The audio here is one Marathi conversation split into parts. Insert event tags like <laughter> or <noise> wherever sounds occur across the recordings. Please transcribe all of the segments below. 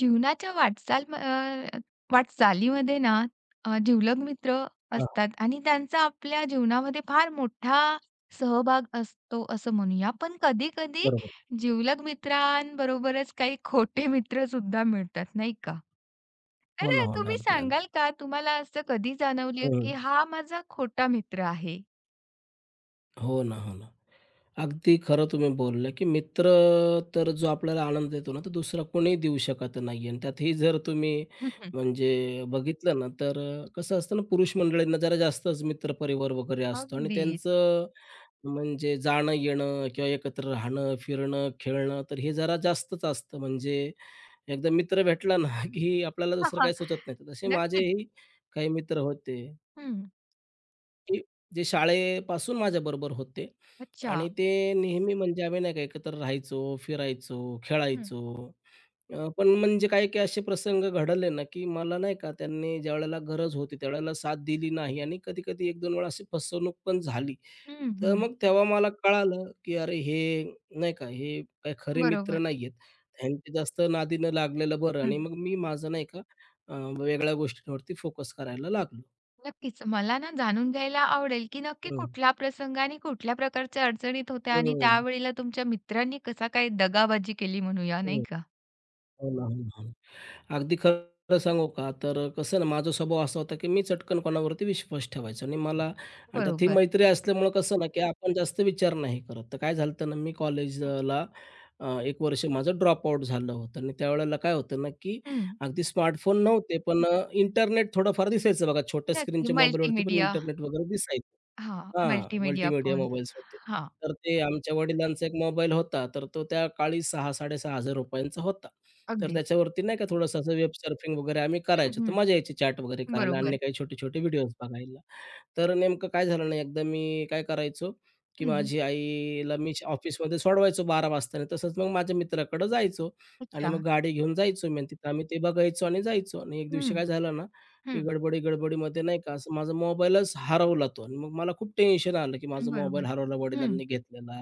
जीवनाच्या वाटचाल म अ, वाटचालीमध्ये ना जिवलग मित्र हां, असतात आणि त्यांचा आपल्या जीवनामध्ये फार मोठा सहभाग असतो असं म्हणूया. पण कधी-कधी बरोबर. जिवलग मित्रांबरोबरच काही खोटे मित्र सुद्धा मिळतात, नाही का? हो तर ना, हो ना. तुम्ही अगदी, सांगाल अगदी. का तुम्हाला असं कधी जाणवलं की हं. हा माझा खोटा मित्र आहे? हो ना, हो ना. अगदी खरं तुम्ही बोलल्या, की मित्र तर जो आपल्याला आनंद देतो ना, तो दुसरा कोणीही देऊ शकत नाही आणि त्यातही जर तुम्ही हं, हं. म्हणजे बघितलं ना, तर कसं असतं ना, पुरुष मंडळींना जरा जास्तच मित्रपरिवार वगैरे असतो आणि त्यांचं म्हणजे जाणं-येणं किंवा एकत्र राहणं, फिरणं, खेळणं तर हे जरा जास्तच असतं. म्हणजे एकदा मित्र भेटला ना, की आपल्याला दुसरं काही <laughs> सुचत नाही. तर तसे नक्कीच. माझेही काही मित्र होते. हं. की जे शाळेपासून माझ्याबरोबर होते अच्छा. आणि ते नेहमी म्हणजे आम्ही नाही का एकत्र राहायचो, फिरायचो, हं. खेळायचो. पण म्हणजे काही-काही असे प्रसंग घडले ना, की मला नाही का त्यांनी ज्यावेळेला गरज होती त्यावेळेला साथ दिली नाही आणि कधी-कधी एक 2 वेळा अशी फसवणूक पण झाली. हं, तर हं. मग तेव्हा मला कळालं, की अरे हे नाही का, हे काही खरे मित्र बरोबर. नाहीयेत. ह्यांच्या जास्त नादी लागलेलं बरं हं. आणि मग मी माझं नाही का अ, वेगळ्या गोष्टींवरती फोकस करायला लागलो. नक्कीच. मला ना जाणून घ्यायला आवडेल, की नक्की हं, कुठला प्रसंग आणि कुठल्या प्रकारच्या अडचणीत होत्या आणि हं, त्यावेळेला तुमच्या मित्रांनी कसा काय दगाबाजी केली म्हणूया, नाही का? हो ना, हो ना. अगदी खरं सांगू का, तर कसं आहे ना, माझा स्वभाव असा होता, की मी चटकन कोणावरती विश्वास ठेवायचो आणि मला आणि त्यात ही बरोबर. मैत्री असल्यामुळं कसं ना, की आपण जास्त विचार नाही करत. तर काय झालं ना, मी हं. कॉलेजला एक वर्ष माझं ड्रॉपआउट झालं होतं आणि त्यावेळेला काय होतं ना, की हं. अगदी स्मार्टफोन नव्हते, पण इंटरनेट थोडंफार दिसायचं बघा. छोट्या नक्की स्क्रीनच्या मोबाईलवरती पण मल्टीमीडिया इंटरनेट वगैरे दिसायचं. हां, हां, मल्टीमीडिया मल्टीमीडिया फोन. मोबाईल्स होते. हां, तर ते आमच्या वडिलांचा एक मोबाईल होता, तर तो त्या काळी 6,000-6,500 रुपयांचा होता. तर अगदीच. त्याच्यावरती नाही का थोडंसं असं वेब सर्फिंग वगैरे आम्ही हं, करायचो. तर हं. मजा यायची चॅट वगैरे करायला आणि बरोबर. काही छोटे-छोटे व्हिडिओज बघायला. तर नेमकं काय झालं ना, एकदा मी काय करायचो, की हं. माझी आईला मी ऑफिसमध्ये सोडवायचो 12 वाजता आणि तसंच मग माझ्या मित्राकडं जायचो आणि अच्छा. मग गाडी घेऊन जायचो मी आणि तिथं आम्ही ते बघायचो आणि जायचो आणि एक हं, दिवशी काय झालं ना, की हं. गडबडी-गडबडीमध्ये नाही का, असं माझा मोबाईलच हरवला तो आणि मग मला खूप टेन्शन आलं, की माझा मोबाईल बरोबर. हरवला, हं. वडिलांनी घेतलेला.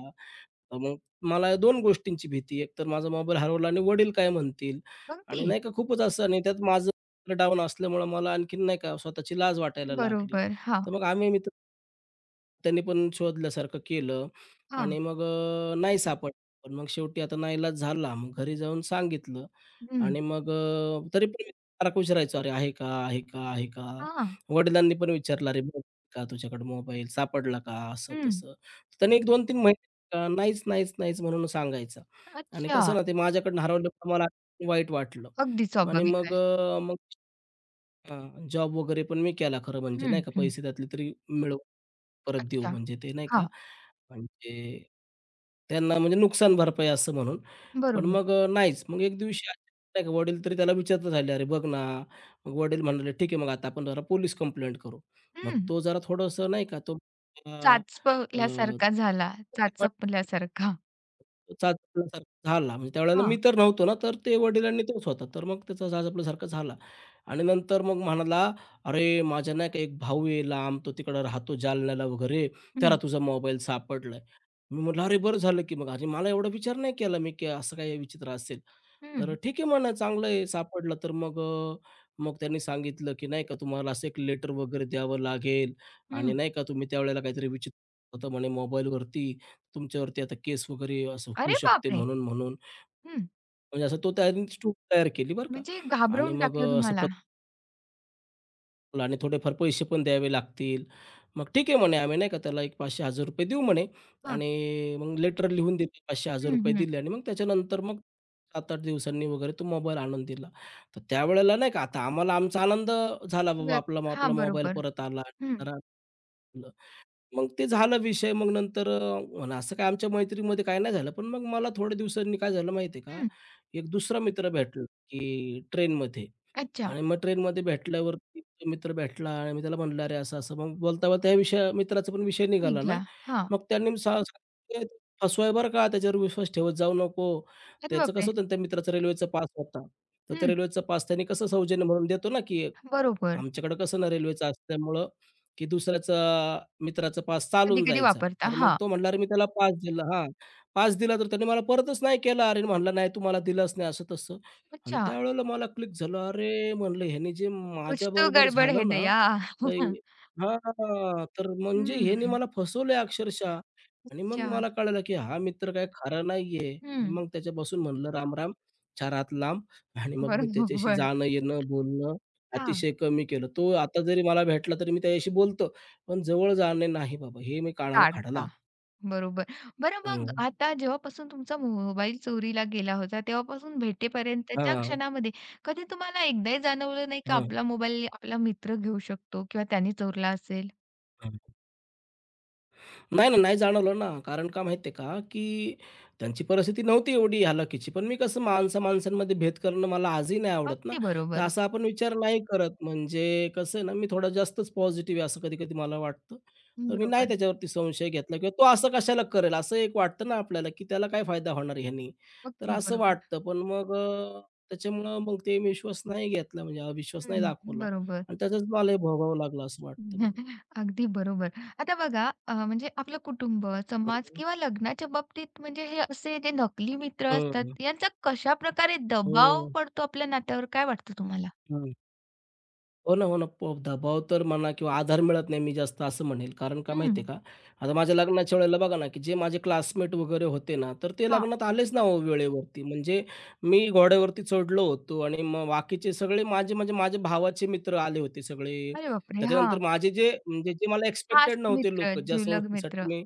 तर मग मला 2 गोष्टींची भीती, एक तर माझा मोबाईल हरवला आणि वडील काय म्हणतील मग ती आणि नाही का खूपच असं आणि त्यात माझं डाऊन असल्यामुळं मला आणखीन नाही का स्वतःची लाज वाटायला लागली. बरोबर. हां, तर मग आम्ही मित्र त्यांनी पण शोधल्यासारखं केलं हां. आणि मग नाही सापडलं. पण मग शेवटी आता नाईलाज झाला. मग घरी जाऊन सांगितलं हं. आणि मग तरी पण सारखं विचारायचो, "अरे आहे का? आहे का? आहे का?" हां. वडिलांनी पण विचारलं, "अरे बघ का तुझ्याकडे मोबाईल सापडला का?" हं. असं-तसं. त्यांनी 1-2-3 महिने नाहीच, नाहीच, नाहीच म्हणून सांगायचा आणि अच्छा. कसं ना ते माझ्याकडनं हरवलं, मला वाईट वाटलं अगदी आणि स्वाभाविक मग आहे. मग हां, जॉब वगैरे पण मी केला खरं म्हणजे नाही हं, का, हं. पैसे त्यातले तरी मिळवून परत देऊ अच्छा. म्हणजे ते नाही का, हां. म्हणजे त्यांना म्हणजे नुकसान भरपाई असं म्हणून. पण बरोबर. मग नाहीच. मग एक दिवशी अचानक नाही का वडील तरी त्याला विचारत झाले, "अरे बघ ना." मग वडील म्हणाले, "ठीक आहे मग आता आपण जरा पोलीस कंप्लेंट करू." मग हं. तो जरा थोडंसं नाही का तो अ, अ, चाचपल्यासारखा झाला, चाचपल्यासारखा. चाच आपल्यासारखा झाला. म्हणजे त्यावेळेला मी हां. तर नव्हतो ना, तर ते वडिलांनी तोच होता. तर मग त्याचा साज आपल्यासारखा झाला आणि नंतर मग म्हणाला, "अरे, माझ्या नाही का एक भाऊ आहे लांब, तो तिकडं राहतो जालन्याला वगैरे, त्याला हं, तुझा मोबाईल सापडलाय." मी म्हटलं, "अरे, बरं झालं की मग." आणि मला एवढा विचार नाही केला मी, की असं काही विचित्र असेल. हं, तर ठीक आहे म्हणा, चांगलं आहे सापडला तर मग मग त्यांनी सांगितलं, की नाही का तुम्हाला असं एक लेटर वगैरे द्यावं लागेल आणि हं. नाही का तुम्ही त्यावेळेला काहीतरी विचित्र होतं म्हणे मोबाईलवरती. तुमच्यावरती आता केस वगैरे असं होऊ अरे शकते बापरे! म्हणून, म्हणून हं. म्हणजे असं तो त्यांनी चूक तयार केली बरं का म्हणजे आणि घाबरवून मग टाकलं असं तुम्हाला. पत्र आणि थोडेफार पैसे पण द्यावे लागतील. मग ठीक आहे म्हणे आम्ही नाही का त्याला एक ₹500-1000 देऊ म्हणे हां. आणि मग लेटर लिहून दिले ₹500-1000 हं, हं. दिले आणि मग त्याच्यानंतर मग 7-8 दिवसांनी वगैरे तो मोबाईल आणून दिला. तर त्यावेळेला नाही का आता आम्हाला आमचा आनंद झाला बाबा व्य आपला आपला हां, मोबाईल बरोबर. परत आला. हं, जरा मग ते झालं विषय. मग नंतर अन असं काय आमच्या मैत्रीमध्ये काय नाही झालं. पण मग मला थोड्या दिवसांनी काय झालं माहिती आहे का, हं. एक दुसरा मित्र भेटला, की ट्रेनमध्ये अच्छा. आणि मग ट्रेनमध्ये भेटल्यावरती तो मित्र भेटला आणि मी त्याला म्हणलं, "अरे असं-असं." मग बोलता-बोलता या विषया मित्राचा पण विषय निघाला ना, निघाला. हां. मग त्यांनी सांगितलं, "फसवा बरं का, त्याच्यावर विश्वास ठेवत जाऊ नको." अरे त्याचं बापरे! कसं होतं ना, त्या मित्राचा रेल्वेचा पास होता. तर त्या हं. रेल्वेचा पास त्यांनी कसं सौजन्य म्हणून देतो ना, की बरोबर. आमच्याकडं कसं ना रेल्वेचं असल्यामुळं, की दुसऱ्याचा मित्राचा पास चालून कधी-कधी जायचा. वापरता. तर मग हां. तो म्हटला, "अरे, मी त्याला पास दिला" हां, "पास दिला तर त्याने मला परतच नाही केला." अरे, म्हटला, "नाही, तू मला दिलाच नाही," असं तसं. आणि अच्छा. त्यावेळेला मला क्लिक झालं, "अरे," म्हणलं, "ह्याने जे कुछ तो माझ्याबरोबर गडबड है झालं ना, दया. तर <laughs> हां, तर म्हणजे ह्याने हं. मला फसवलंय अक्षरशः." आणि मग अच्छा. मला कळालं, की हा मित्र काय खरा नाहीये. आणि हं. मग त्याच्यापासून म्हणलं, "राम राम, चार हात लांब." आणि मग मी त्याच्याशी बरोबर. जाणं-येणं, बोलणं हां. अतिशय कमी केलं. तो आता जरी मला भेटला तरी मी त्याच्याशी बोलतो, पण जवळ जाणे नाही बाबा, हे मी कानाला खडा काढता. लावला. बरोबर. बरं मग हं. आता जेव्हापासून तुमचा मोबाईल चोरीला गेला होता, तेव्हापासून भेटेपर्यंतच्या हां, क्षणामध्ये कधी तुम्हाला एकदाही जाणवलं नाही का हां, आपला मोबाईल आपला मित्र घेऊ शकतो किंवा त्याने चोरला असेल? नाही, नाही, नाही जाणवलं ना. कारण का माहिती आहे का, की त्यांची परिस्थिती नव्हती एवढी हलाखीची. पण मी कसं माणसा-माणसांमध्ये भेद करणं मला आजही नाही आवडत ना, अगदी तर बरोबर. असा आपण विचार नाही करत. म्हणजे कसं आहे ना, मी थोडा जास्तच पॉझिटिव्ह आहे असं कधी-कधी मला वाटतं. तर मी नाही बरोबर. त्याच्यावरती संशय घेतला किंवा तो असं कशाला करेल, असं एक वाटतं ना आपल्याला, की त्याला काय फायदा होणार ह्यानी. तर अगदी असं बरोबर. वाटतं. पण मग त्याच्यामुळं मग ते मी विश्वास नाही घेतला म्हणजे अविश्वास नाही हं, दाखवला बरोबर. आणि त्याचाच मला हे भोगावं लागलं असं वाटतं मला. <laughs> अगदी बरोबर. आता बघा म्हणजे आपलं कुटुंब, समाज किंवा लग्नाच्या बाबतीत म्हणजे हे असे जे नकली मित्र हं, असतात, हं. यांचा कशाप्रकारे दबाव हो. पडतो आपल्या नात्यावर काय वाटतं तुम्हाला? हो ना, हो ना. दबाव तर म्हणा किंवा आधार मिळत नाही मी जास्त असं म्हणेल. कारण का हं. माहिती आहे का? आता माझ्या लग्नाच्या वेळेला बघा ना, की जे माझे क्लासमेट वगैरे होते ना, तर ते हां. लग्नात आलेच ना हो वेळेवरती. म्हणजे मी घोड्यावरती चढलो होतो आणि मग बाकीचे सगळे माझे म्हणजे माझ्या भावाचे मित्र आले होते सगळे. अरे बापरे! त्याच्यानंतर हां. माझे जे म्हणजे जे मला एक्सपेक्टेड खास नव्हते मित्र, लोकं, ज्या जिवलग संस्थेसाठी मित्र. मी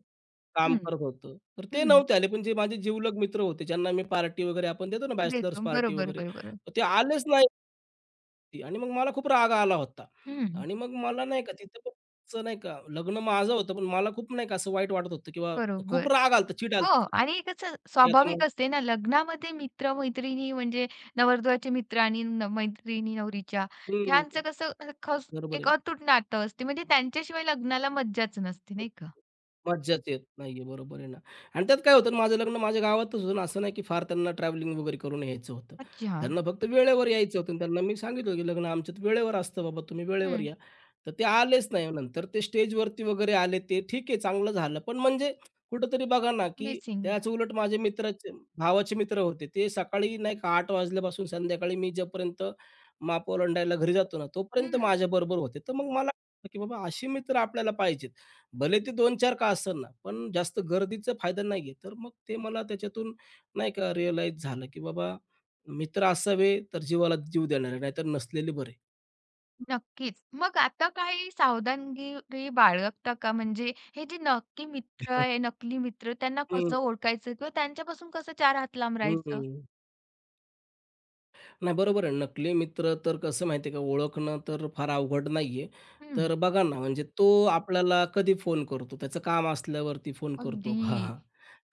काम हं, करत होतो, तर ते हं. नव्हते आले. पण जे माझे जिवलग मित्र होते, ज्यांना मी पार्टी वगैरे आपण देतो ना देतो. बॅचलर्स पार्टी बरोबर, वगैरे, बरोबर. तर ते आलेच नाही. ती आणि मग मला खूप राग आला होता. हं, आणि मग मला नाही का तिथं पण असं नाही का लग्न माझं होतं, पण मला खूप नाही का असं वाईट वाटत होतं किंवा बरोबर. खूप राग आला होता, चीड हो आणि कसं की आता स्वाभाविक मग असते ना, लग्नामध्ये मित्र-मैत्रिणी म्हणजे नवरदेवाचे मित्र आणि मैत्रिणी नवरीच्या, हं, ह्यांचं कसं अ, खस बरोबर एक आहे. अतूट नातं असते. म्हणजे त्यांच्याशिवाय लग्नाला मज्जाच नसते, नाही का? मज्जाच येत नाहीये, बरोबर आहे ना. आणि त्यात काय होतं ना, माझं लग्न माझ्या गावातच होतं ना, असं नाही की फार त्यांना ट्रॅव्हलिंग वगैरे करून यायचं होतं. अच्छा. त्यांना फक्त वेळेवर यायचं होतं आणि त्यांना मी सांगितलं की लग्न आमच्यात वेळेवर असतं बाबा, तुम्ही वेळेवर हं, या. तर ते आलेच नाही. हो नंतर ते स्टेजवरती वगैरे आले ते ठीक आहे, चांगलं झालं. पण म्हणजे कुठेतरी बघा ना, की मिसिंग. त्याच उलट माझे मित्राचे भावाचे मित्र होते. ते सकाळी नाही का 8 वाजल्यापासून संध्याकाळी मी जोपर्यंत माप ओलांडायला घरी जातो ना, तोपर्यंत हं. माझ्याबरोबर होते. तर मग मला वाटलं की बाबा असे मित्र आपल्याला पाहिजेत. भले ते दोन चार का ना, पण जास्त गर्दीचा फायदा नाही आहे. तर मग ते मला त्याच्यातून नाही का रिअलाईज झालं, की बाबा मित्र असावे तर जीवाला जीव देणारे, नाहीतर नसलेले बरे. नक्कीच. मग आता काही सावधानगिरी बाळगता का? म्हणजे हे जे नक्की मित्र आहे, <laughs> नकली मित्र त्यांना हं, कसं ओळखायचं किंवा त्यांच्यापासून कसं चार हात लांब हं, राहायचं? हं. नाही बरोबर आहे. नकली मित्र तर कसं माहिती आहे का, ओळखणं तर फार अवघड नाहीये. हं, तर बघा ना, म्हणजे तो आपल्याला कधी फोन करतो? त्याचं काम असल्यावरती फोन करतो अगदी. का?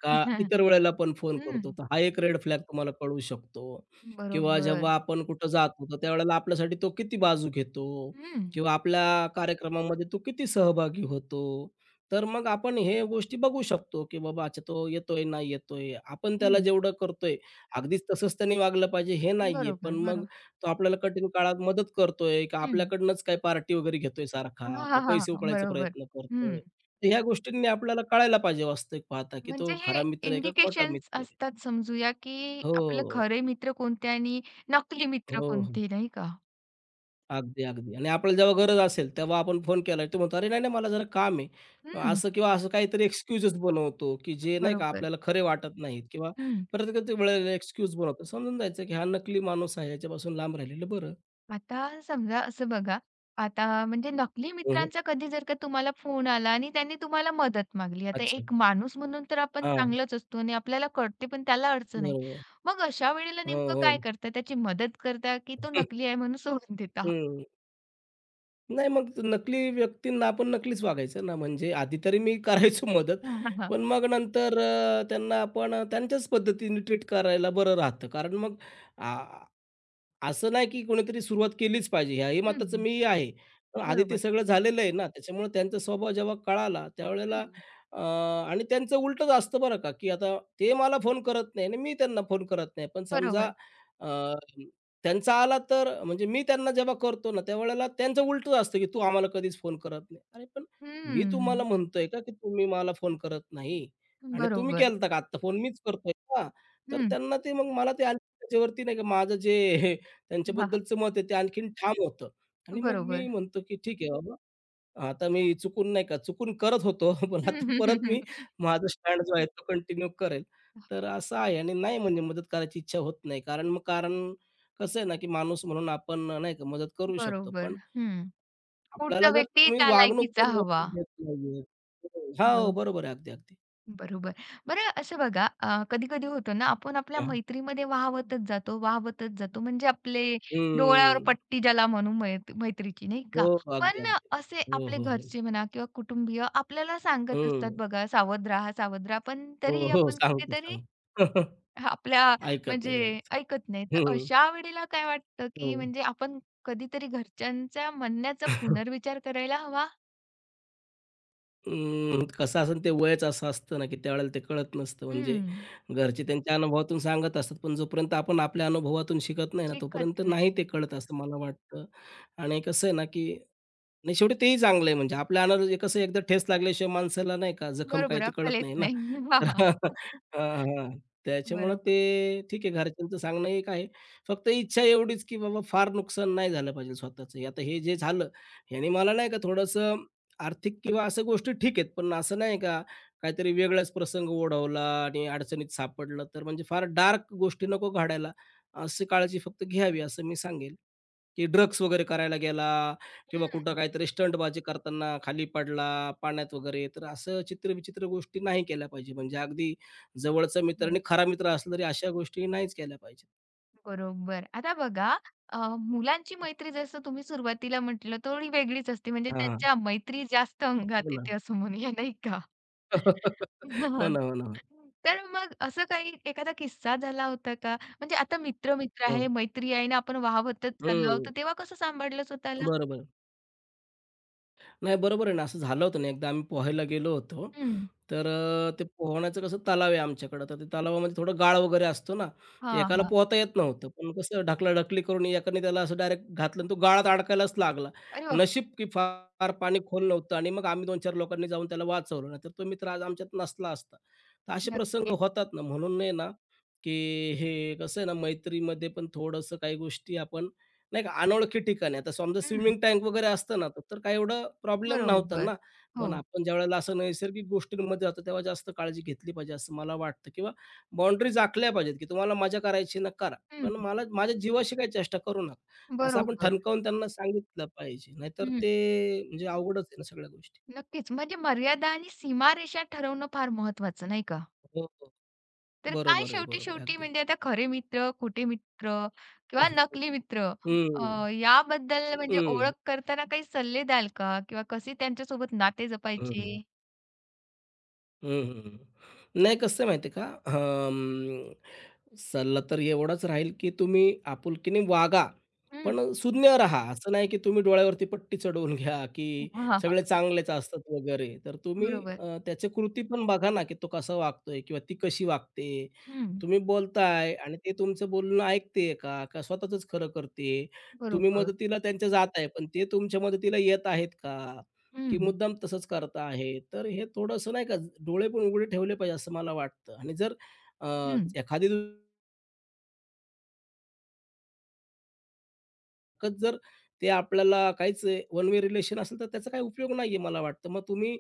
का <laughs> इतर वेळेला पण फोन करतो. हं, तर हा एक रेड फ्लॅग तुम्हाला कळू शकतो किंवा बरोबर. जेव्हा आपण कुठं जातो, तर त्यावेळेला आपल्यासाठी तो किती बाजू घेतो हं, किंवा आपल्या कार्यक्रमामध्ये तो किती सहभागी होतो. तर मग आपण हे गोष्टी बघू शकतो, की बाबा अच्छा तो येतोय, नाही येतोय. आपण त्याला हं. जेवढं करतोय, अगदीच तसंच त्याने वागलं पाहिजे हे नाहीये. पण बरोबर, मग बरोबर. तो आपल्याला कठीण काळात मदत करतोय, का हं. आपल्याकडनंच काही पार्टी वगैरे घेतोय <laughs> सारखा, हां, का हां, हां, पैसे हां. उकळायचा बरोबर. प्रयत्न हं. करतोय. तर ह्या गोष्टींनी आपल्याला कळायला पाहिजे वास्तविक पाहता, की म्हणजे तो हे खरा मित्र आहे का खोटा इंडिकेशन्स मित्र आहे? असतात समजूया, की आपले हो, खरे मित्र कोणते आणि नकली मित्र हो, हो. कोणते, नाही का? अगदी, अगदी आणि आपल्याला जेव्हा गरज असेल, तेव्हा आपण फोन केला तो म्हणतो, "अरे, नाही, नाही, मला जरा काम आहे." मग हं, असं किंवा असं काहीतरी एक्सक्यूजेस बनवतो, की जे नाही का बरोबर. आपल्याला खरे वाटत नाहीत किंवा हं. प्रत्येक वेळेला एक्सक्यूज बनवतो. समजून जायचं, की हा नकली माणूस आहे, ह्याच्यापासून लांब राहिलेलं बरं. आता समजा असं बघा, आता म्हणजे नकली हं, मित्रांचा कधी जर का तुम्हाला फोन आला आणि त्यांनी तुम्हाला मदत मागली. आता अच्छा. एक माणूस म्हणून तर आपण हां, चांगलाच असतो आणि आपल्याला कळते पण त्याला अडचण आहे. बरोबर. मग अशा वेळेला हो, नेमकं काय हो. करता? त्याची मदत करता की तो <laughs> नकली आहे म्हणून सोडून देता? हं. नाही, मग नकली व्यक्तींना आपण नकलीच वागायचं ना, म्हणजे आधी तरी मी <laughs> करायचो मदत. <laughs> पण मग नंतर त्यांना आपण त्यांच्याच पद्धतीने ट्रीट करायला बरं राहतं. कारण मग असं नाही की कोणीतरी सुरुवात केलीच पाहिजे, ह्याही मताचं हं, मीही आहे. पण आधी ते बरोबर. सगळं झालेलं आहे ना, त्याच्यामुळे त्यांचा स्वभाव जेव्हा कळाला त्यावेळेला हं, अ, आणि त्यांचं उलटंच असतं बरं का, की आता ते मला फोन करत नाही आणि मी त्यांना फोन करत नाही. पण समजा बरोबर. अ, त्यांचा आला तर म्हणजे मी त्यांना जेव्हा करतो ना, त्यावेळेला त्यांचं उलटंच असतं, की "तू आम्हाला कधीच फोन करत नाही." अरे पण मी तुम्हाला हं, म्हणतोय का, की तुम्ही मला फोन करत नाही आणि तुम्ही बरोबर. केलता का आत्ता फोन? मीच करतोय का? तर हं, त्यांना ते मग मला ते आणखी त्याच्यावरती नाही का माझं जे हां, हां. त्यांच्याबद्दलचं मत आहे ते आणखीन ठाम होतं आणि मग मी बरोबर. म्हणतो, की ठीक आहे बाबा, आता मी चुकून नाही का, चुकून करत होतो, <laughs> पण <laughs> हं, आता हं, हं, परत मी हं. माझा स्टँड जो आहे तो कंटिन्यू करेल. तर असं आहे आणि नाही म्हणजे मदत करायची इच्छा होत नाही. कारण कसं आहे ना, की माणूस म्हणून आपण नाही का मदत करू शकतो. बरोबर. पण हं. आपल्याला पुढचा जर व्यक्ती तुम्ही त्या वागणूक लायकीचा पण हवा. व्यवस्थित देत नाहीये हा हो, बरोबर आहे. अगदी, अगदी. बरोबर. बरं असं बघा कधी-कधी होतं ना, आपण आपल्या हां. मैत्रीमध्ये वाहावतच जातो, वाहावतच जातो. म्हणजे आपले डोळ्यावर हं. पट्टी ज्याला म्हणू मैत्रीची नाही हो, का? हो, अगदी, पण अगदी. असे हो, आपले हो, हो. घरचे म्हणा किंवा कुटुंबीय आपल्याला सांगत असतात हं. बघा, "सावध राहा, सावध राहा." पण हो, तरीही हो. आपण सांगतो, कुठेतरी सांगतो. <laughs> आपल्या ऐकत म्हणजे नाही ते. ऐकत नाही. तर हं, अशा वेळेला काय वाटतं, हो. की म्हणजे आपण कधीतरी घरच्यांच्या म्हणण्याचा <laughs> पुनर्विचार करायला हवा? कसं असेल ते वयच असं असतं ना, की त्यावेळेला ते कळत नसतं. म्हणजे हं, घरचे त्यांच्या अनुभवातून सांगत असतात, पण जोपर्यंत आपण आपल्या अनुभवातून शिकत नाही ना, शिकत तोपर्यंत नाही नाही. ते कळत असं मला वाटतं. आणि कसं आहे ना, की नाही शेवटी तेही चांगलं आहे म्हणजे आपल्या अनार कसं एकदा ठेच लागल्याशिवाय माणसाला नाही का जखम काय बरोबर, ती अक्कल कळत येत नाही ना. नाही. <laughs> हां, हां. <laughs> हां, हां. त्याच्यामुळं ते बरोबर. ठीक आहे घरच्यांचं सांगणं एक आहे. फक्त इच्छा एवढीच, की बाबा फार नुकसान नाही झालं पाहिजे स्वतःचं. आता हे जे झालं, ह्याने मला नाही का थोडंसं आर्थिक किंवा अशा गोष्टी ठीक आहेत, पण असं नाही का काहीतरी वेगळाच प्रसंग ओढवला आणि अडचणीत सापडलं, तर म्हणजे फार डार्क गोष्टी नको घडायला, अशी काळजी फक्त घ्यावी असं मी सांगेल, की ड्रग्स वगैरे करायला गेला किंवा हं, कुठं काहीतरी स्टंटबाजी करताना खाली पडला, पाण्यात वगैरे, तर असं चित्रविचित्र गोष्टी नाही केल्या पाहिजे. म्हणजे अगदी जवळचा मित्र आणि बरोबर. खरा मित्र असला तरी अशा गोष्टी नाहीच केल्या पाहिजेत. बरोबर. आता बघा मुलांची मैत्री जसं तुम्ही सुरुवातीला म्हटलं थोडी वेगळीच असते म्हणजे हां, हां. त्यांच्या मैत्री जास्त अंगात हो ना. येते असं म्हणूया नाही का? <laughs> हो हां. ना, हो ना. तर मग असं काही एखादा किस्सा झाला होता का? म्हणजे आता मित्र, मित्र हो. आहे, मैत्री आहे ना आपण वाहवतच चाललो आहोत हं. तर तेव्हा कसं सांभाळलं स्वतःला? बरोबर. नाही बरोबर आहे ना, असं झालं होतं ना एकदा आम्ही पोहायला गेलो होतो. हं. ते पोहण्याचं कसं तलाव आहे आमच्याकडं, तर ते तलावामध्ये थोडं गाळ वगैरे असतो ना, तर हां, एकाला हां. पोहता येत नव्हतं. पण कसं ढकलाढकली करून एकाने त्याला असं डायरेक्ट घातलं आणि तो गाळात अडकायलाच लागला. अरे बापरे! नशीब की फार पाणी खोल नव्हतं आणि मग आम्ही 2-4 लोकांनी जाऊन त्याला वाचवलं. नाहीतर तो मित्र आज आमच्यात नसला असता. तर असे प्रसंग नक्कीच. होतात ना, म्हणून आहे ना, की हे कसं आहे ना, मैत्रीमध्ये पण थोडंसं काही गोष्टी आपण नाही का अनोळखी ठिकाणी. आता समजा हं. स्विमिंग टँक वगैरे असतं ना, तर काही एवढा प्रॉब्लेम नव्हता बरोबर. ना. हो. पण आपण ज्यावेळेला असं नैसर्गिक गोष्टींमध्ये जातो, तेव्हा जास्त काळजी घेतली पाहिजे असं मला वाटतं किंवा बाउंडरीज आखल्या पाहिजेत, की तुम्हाला मजा करायची ना करा. हं. पण मला माझ्या जीवाशी काही चेष्टा करू नका. असं आपण बरोबर. ठणकावून त्यांना सांगितलं पाहिजे. नाहीतर ते म्हणजे अवघडच आहे ना सगळ्या गोष्टी. नक्कीच. म्हणजे मर्यादा आणि सीमारेषा ठरवणं फार महत्वाचं, नाही का? हो, हो. तर काय बरोबर आहे, बरोबर आहे. शेवटी-शेवटी अगदी. म्हणजे आता खरे मित्र, खोटे मित्र किंवा <laughs> नकली मित्र हं, याबद्दल म्हणजे हं, ओळख करताना काही सल्ले द्याल का? किंवा कसे त्यांच्यासोबत नाते हं, जपायचे? हं, नाही कसं आहे माहिती आहे का? सल्ला तर एवढाच राहील, की तुम्ही आपुलकीने वागा, हं. पण सुज्ञ राहा. असं नाही, की तुम्ही डोळ्यावरती पट्टी चढवून घ्या, की हां, हां, हां. सगळे चांगलेच असतात वगैरे. बरोबर. त्याची कृती पण बघा ना, की तो कसा वागतोय किंवा ती कशी वागते. हं. तुम्ही बोलताय आणि ते तुमचं बोलणं ऐकते का? का स्वतःचंच खरं करते? तुम्ही बरोबर. मदतीला त्यांच्या जात आहे, पण ते तुमच्या मदतीला येत आहेत का? की हं. मुद्दाम तसंच करत आहे? तर हे थोडंसं नाही का डोळे पण उघडे ठेवले पाहिजे असं मला वाटतं आणि जर अ, एखादी एकच जर ते आपल्याला काहीच वन वे रिलेशन असेल तर त्याचा काही उपयोग नाही मला वाटतं. मग तुम्ही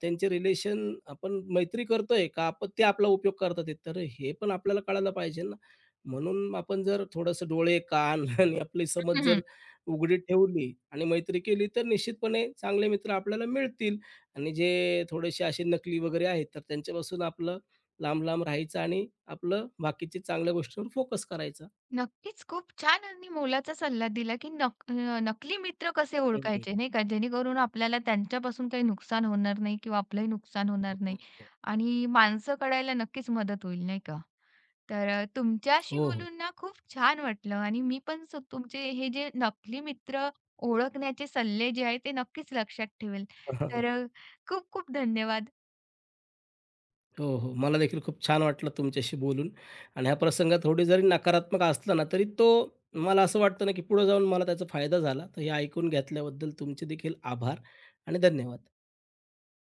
त्यांचे रिलेशन आपण मैत्री करतोय का आपण ते आपला उपयोग करतात आहेत, तर हे पण आपल्याला कळायला पाहिजे ना. म्हणून आपण जर थोडंसं डोळे, कान <laughs> आणि आपली समज जर हं. उघडी ठेवली आणि मैत्री केली तर निश्चितपणे चांगले मित्र आपल्याला मिळतील आणि जे थोडेसे असे नकली वगैरे आहेत, तर त्यांच्यापासून आपलं लांब-लांब राहायचं आणि आपलं बाकीच्या चांगल्या गोष्टींवर फोकस करायचा. नक्कीच. खूप छान आणि मोलाचा सल्ला दिला, की नकली मित्र कसे हं, ओळखायचे नाही का? जेणेकरून आपल्याला त्यांच्यापासून काही नुकसान होणार नाही किंवा आपलंही नुकसान हो, होणार नाही हो. आणि माणसं कळायला नक्कीच मदत होईल नाही का? तर तुमच्याशी हो, हो. बोलून ना खूप छान वाटलं आणि मी पण तुमचे हे जे नकली मित्र ओळखण्याचे सल्ले जे आहेत ते नक्कीच लक्षात ठेवेल. तर <laughs> खूप खूप धन्यवाद. हो, हो. मला देखील खूप छान वाटलं तुमच्याशी बोलून आणि ह्या प्रसंगात थोडी जरी नकारात्मक असला ना, तरी तो मला असं वाटतं ना, की पुढे जाऊन मला त्याचा फायदा झाला. तर हे ऐकून घेतल्याबद्दल तुमचे देखील आभार आणि धन्यवाद.